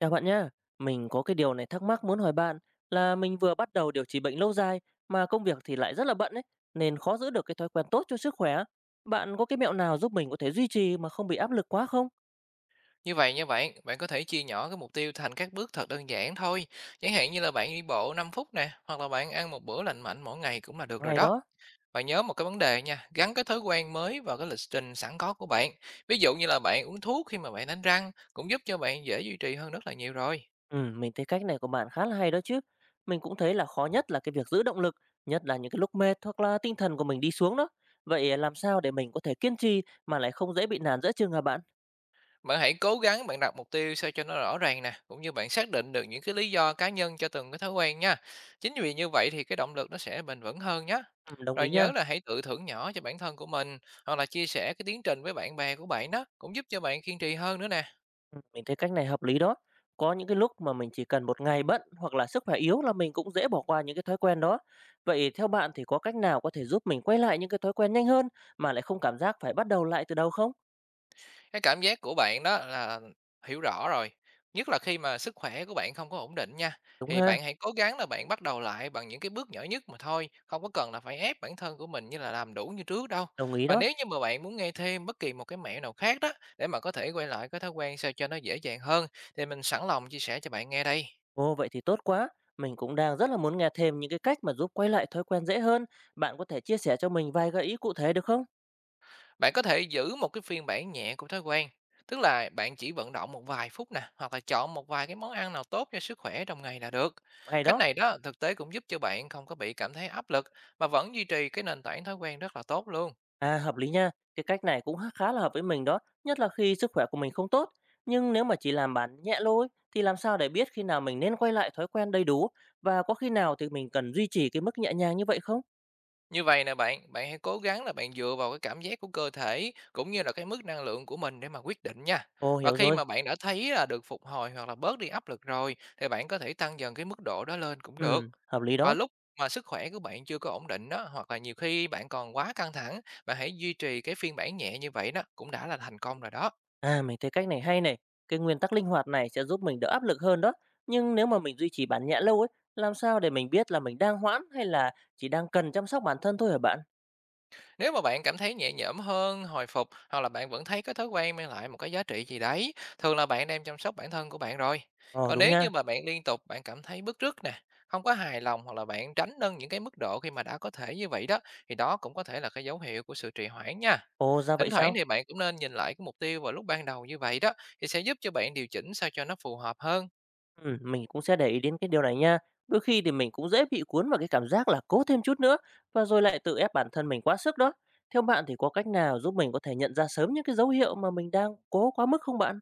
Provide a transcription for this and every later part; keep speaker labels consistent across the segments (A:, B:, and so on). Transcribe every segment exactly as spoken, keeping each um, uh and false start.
A: Chào bạn nhá, mình có cái điều này thắc mắc muốn hỏi bạn là mình vừa bắt đầu điều trị bệnh lâu dài mà công việc thì lại rất là bận ấy, nên khó giữ được cái thói quen tốt cho sức khỏe. Bạn có cái mẹo nào giúp mình có thể duy trì mà không bị áp lực quá không?
B: Như vậy nha bạn, bạn có thể chia nhỏ cái mục tiêu thành các bước thật đơn giản thôi. Chẳng hạn như là bạn đi bộ năm phút nè, hoặc là bạn ăn một bữa lành mạnh mỗi ngày cũng là được rồi
A: Hay
B: đó.
A: đó.
B: Và nhớ một cái vấn đề nha, gắn cái thói quen mới vào cái lịch trình sẵn có của bạn. Ví dụ như là bạn uống thuốc khi mà bạn đánh răng cũng giúp cho bạn dễ duy trì hơn rất là nhiều rồi.
A: Ừ, mình thấy cách này của bạn khá là hay đó chứ. Mình cũng thấy là khó nhất là cái việc giữ động lực, nhất là những cái lúc mệt hoặc là tinh thần của mình đi xuống đó. Vậy làm sao để mình có thể kiên trì mà lại không dễ bị nản giữa chừng hả bạn?
B: Bạn hãy cố gắng bạn đặt mục tiêu sao cho nó rõ ràng nè, cũng như bạn xác định được những cái lý do cá nhân cho từng cái thói quen nha. Chính vì như vậy thì cái động lực nó sẽ bền vững hơn nhé.
A: Ừ, đồng
B: Rồi
A: ý nha.
B: nhớ là hãy tự thưởng nhỏ cho bản thân của mình, hoặc là chia sẻ cái tiến trình với bạn bè của bạn đó cũng giúp cho bạn kiên trì hơn nữa nè.
A: Ừm, mình thấy cách này hợp lý đó. Có những cái lúc mà mình chỉ cần một ngày bận hoặc là sức khỏe yếu là mình cũng dễ bỏ qua những cái thói quen đó. Vậy theo bạn thì có cách nào có thể giúp mình quay lại những cái thói quen nhanh hơn mà lại không cảm giác phải bắt đầu lại từ đầu không?
B: Cái cảm giác của bạn đó là hiểu rõ rồi, nhất là khi mà sức khỏe của bạn không có ổn định nha,
A: Đúng
B: thì
A: ha,
B: bạn hãy cố gắng là bạn bắt đầu lại bằng những cái bước nhỏ nhất mà thôi, không có cần là phải ép bản thân của mình như là làm đủ như trước đâu.
A: đồng ý
B: Và
A: đó.
B: nếu như mà bạn muốn nghe thêm bất kỳ một cái mẹo nào khác đó để mà có thể quay lại cái thói quen sao cho nó dễ dàng hơn thì mình sẵn lòng chia sẻ cho bạn nghe đây.
A: Ồ, vậy thì tốt quá. Mình cũng đang rất là muốn nghe thêm những cái cách mà giúp quay lại thói quen dễ hơn. Bạn có thể chia sẻ cho mình vài gợi ý cụ thể được không?
B: Bạn có thể giữ một cái phiên bản nhẹ của thói quen, tức là bạn chỉ vận động một vài phút nè, hoặc là chọn một vài cái món ăn nào tốt cho sức khỏe trong ngày là được.
A: Hay
B: Cách
A: đó.
B: này đó thực tế cũng giúp cho bạn không có bị cảm thấy áp lực, mà vẫn duy trì cái nền tảng thói quen rất là tốt luôn.
A: À hợp lý nha, cái cách này cũng khá khá là hợp với mình đó, nhất là khi sức khỏe của mình không tốt. Nhưng nếu mà chỉ làm bản nhẹ lôi thì làm sao để biết khi nào mình nên quay lại thói quen đầy đủ và có khi nào thì mình cần duy trì cái mức nhẹ nhàng như vậy không?
B: Như vậy nè bạn, bạn hãy cố gắng là bạn dựa vào cái cảm giác của cơ thể cũng như là cái mức năng lượng của mình để mà quyết định nha.
A: Ồ
B: Và
A: hiểu
B: khi
A: rồi,
B: mà bạn đã thấy là được phục hồi hoặc là bớt đi áp lực rồi thì bạn có thể tăng dần cái mức độ đó lên cũng
A: ừ,
B: được.
A: hợp lý
B: Và
A: đó.
B: lúc mà sức khỏe của bạn chưa có ổn định đó, hoặc là nhiều khi bạn còn quá căng thẳng, bạn hãy duy trì cái phiên bản nhẹ như vậy đó cũng đã là thành công rồi đó.
A: À mình thấy cách này hay này, cái nguyên tắc linh hoạt này sẽ giúp mình đỡ áp lực hơn đó. Nhưng nếu mà mình duy trì bản nhẹ lâu ấy, làm sao để mình biết là mình đang hoãn hay là chỉ đang cần chăm sóc bản thân thôi hả bạn?
B: Nếu mà bạn cảm thấy nhẹ nhõm hơn, hồi phục hoặc là bạn vẫn thấy cái thói quen mang lại một cái giá trị gì đấy, thường là bạn đang chăm sóc bản thân của bạn rồi.
A: Ồ
B: Còn
A: đúng
B: nếu
A: nha,
B: như mà bạn liên tục bạn cảm thấy bứt rứt nè, không có hài lòng, hoặc là bạn tránh nâng những cái mức độ khi mà đã có thể như vậy đó thì đó cũng có thể là cái dấu hiệu của sự trì hoãn nha.
A: ồ ra vậy
B: Thỉnh thoảng
A: sao?
B: thì bạn cũng nên nhìn lại cái mục tiêu vào lúc ban đầu như vậy đó thì sẽ giúp cho bạn điều chỉnh sao cho nó phù hợp hơn.
A: Ừm, mình cũng sẽ để ý đến cái điều này nha. Đôi khi thì mình cũng dễ bị cuốn vào cái cảm giác là cố thêm chút nữa và rồi lại tự ép bản thân mình quá sức đó. Theo bạn thì có cách nào giúp mình có thể nhận ra sớm những cái dấu hiệu mà mình đang cố quá mức không bạn?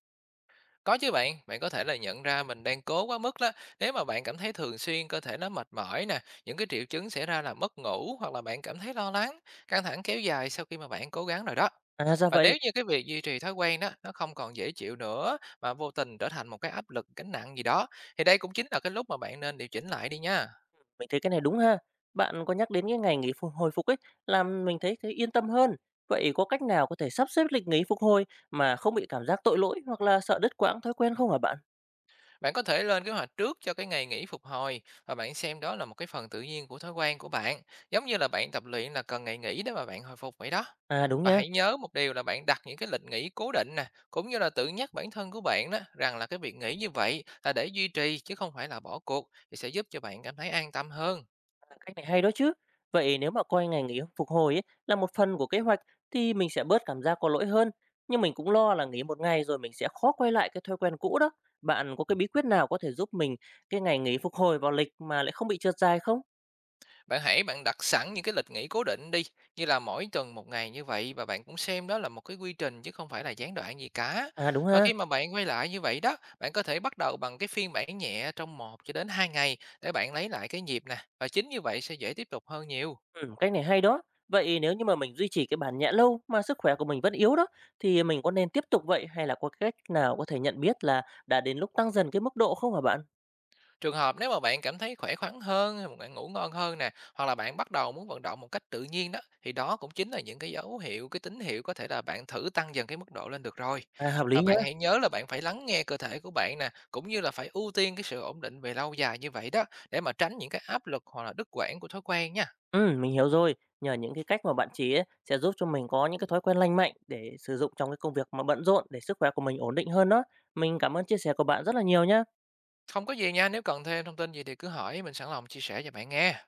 B: Có chứ bạn, bạn có thể là nhận ra mình đang cố quá mức đó. Nếu mà bạn cảm thấy thường xuyên cơ thể nó mệt mỏi nè, những cái triệu chứng xảy ra là mất ngủ, hoặc là bạn cảm thấy lo lắng, căng thẳng kéo dài sau khi mà bạn cố gắng rồi đó.
A: À ra
B: Và nếu
A: vậy,
B: như cái việc duy trì thói quen đó nó không còn dễ chịu nữa, mà vô tình trở thành một cái áp lực, gánh nặng gì đó thì đây cũng chính là cái lúc mà bạn nên điều chỉnh lại đi nha.
A: mình thấy cái này đúng ha. Bạn có nhắc đến cái ngày nghỉ phục hồi phục ấy, làm mình thấy thấy yên tâm hơn. Vậy có cách nào có thể sắp xếp lịch nghỉ phục hồi mà không bị cảm giác tội lỗi hoặc là sợ đứt quãng thói quen không hả bạn?
B: Bạn có thể lên kế hoạch trước cho cái ngày nghỉ phục hồi, và bạn xem đó là một cái phần tự nhiên của thói quen của bạn, giống như là bạn tập luyện là cần ngày nghỉ để mà bạn hồi phục vậy đó.
A: À đúng
B: Và
A: nha.
B: hãy nhớ một điều là bạn đặt những cái lịch nghỉ cố định nè, cũng như là tự nhắc bản thân của bạn đó rằng là cái việc nghỉ như vậy là để duy trì chứ không phải là bỏ cuộc thì sẽ giúp cho bạn cảm thấy an tâm hơn.
A: À, cách này hay đó chứ. Vậy nếu mà coi ngành nghỉ phục hồi ấy, là một phần của kế hoạch thì mình sẽ bớt cảm giác có lỗi hơn. Nhưng mình cũng lo là nghỉ một ngày rồi mình sẽ khó quay lại cái thói quen cũ đó. Bạn có cái bí quyết nào có thể giúp mình cái ngày nghỉ phục hồi vào lịch mà lại không bị trượt dài không?
B: Bạn hãy bạn đặt sẵn những cái lịch nghỉ cố định đi, như là mỗi tuần một ngày như vậy, và bạn cũng xem đó là một cái quy trình chứ không phải là gián đoạn gì cả.
A: À đúng
B: Và
A: ha.
B: khi mà bạn quay lại như vậy đó, bạn có thể bắt đầu bằng cái phiên bản nhẹ trong một cho đến hai ngày để bạn lấy lại cái nhịp nè. Và chính như vậy sẽ dễ tiếp tục hơn nhiều.
A: Ừ, cách này hay đó. Vậy nếu như mà mình duy trì cái bản nhẹ lâu mà sức khỏe của mình vẫn yếu đó thì mình có nên tiếp tục vậy hay là có cách nào có thể nhận biết là đã đến lúc tăng dần cái mức độ không hả bạn?
B: Trường hợp nếu mà bạn cảm thấy khỏe khoắn hơn, bạn ngủ ngon hơn nè, hoặc là bạn bắt đầu muốn vận động một cách tự nhiên đó, thì đó cũng chính là những cái dấu hiệu, cái tín hiệu có thể là bạn thử tăng dần cái mức độ lên được rồi.
A: À hợp lý
B: Và
A: nha.
B: bạn hãy nhớ là bạn phải lắng nghe cơ thể của bạn nè, cũng như là phải ưu tiên cái sự ổn định về lâu dài như vậy đó, để mà tránh những cái áp lực hoặc là đứt quãng của thói quen nha.
A: Ừm, mình hiểu rồi. Nhờ những cái cách mà bạn chỉ ấy, sẽ giúp cho mình có những cái thói quen lành mạnh để sử dụng trong cái công việc mà bận rộn để sức khỏe của mình ổn định hơn đó. Mình cảm ơn chia sẻ của bạn rất là nhiều nhá.
B: Không có gì nha, nếu cần thêm thông tin gì thì cứ hỏi, mình sẵn lòng chia sẻ cho bạn nghe.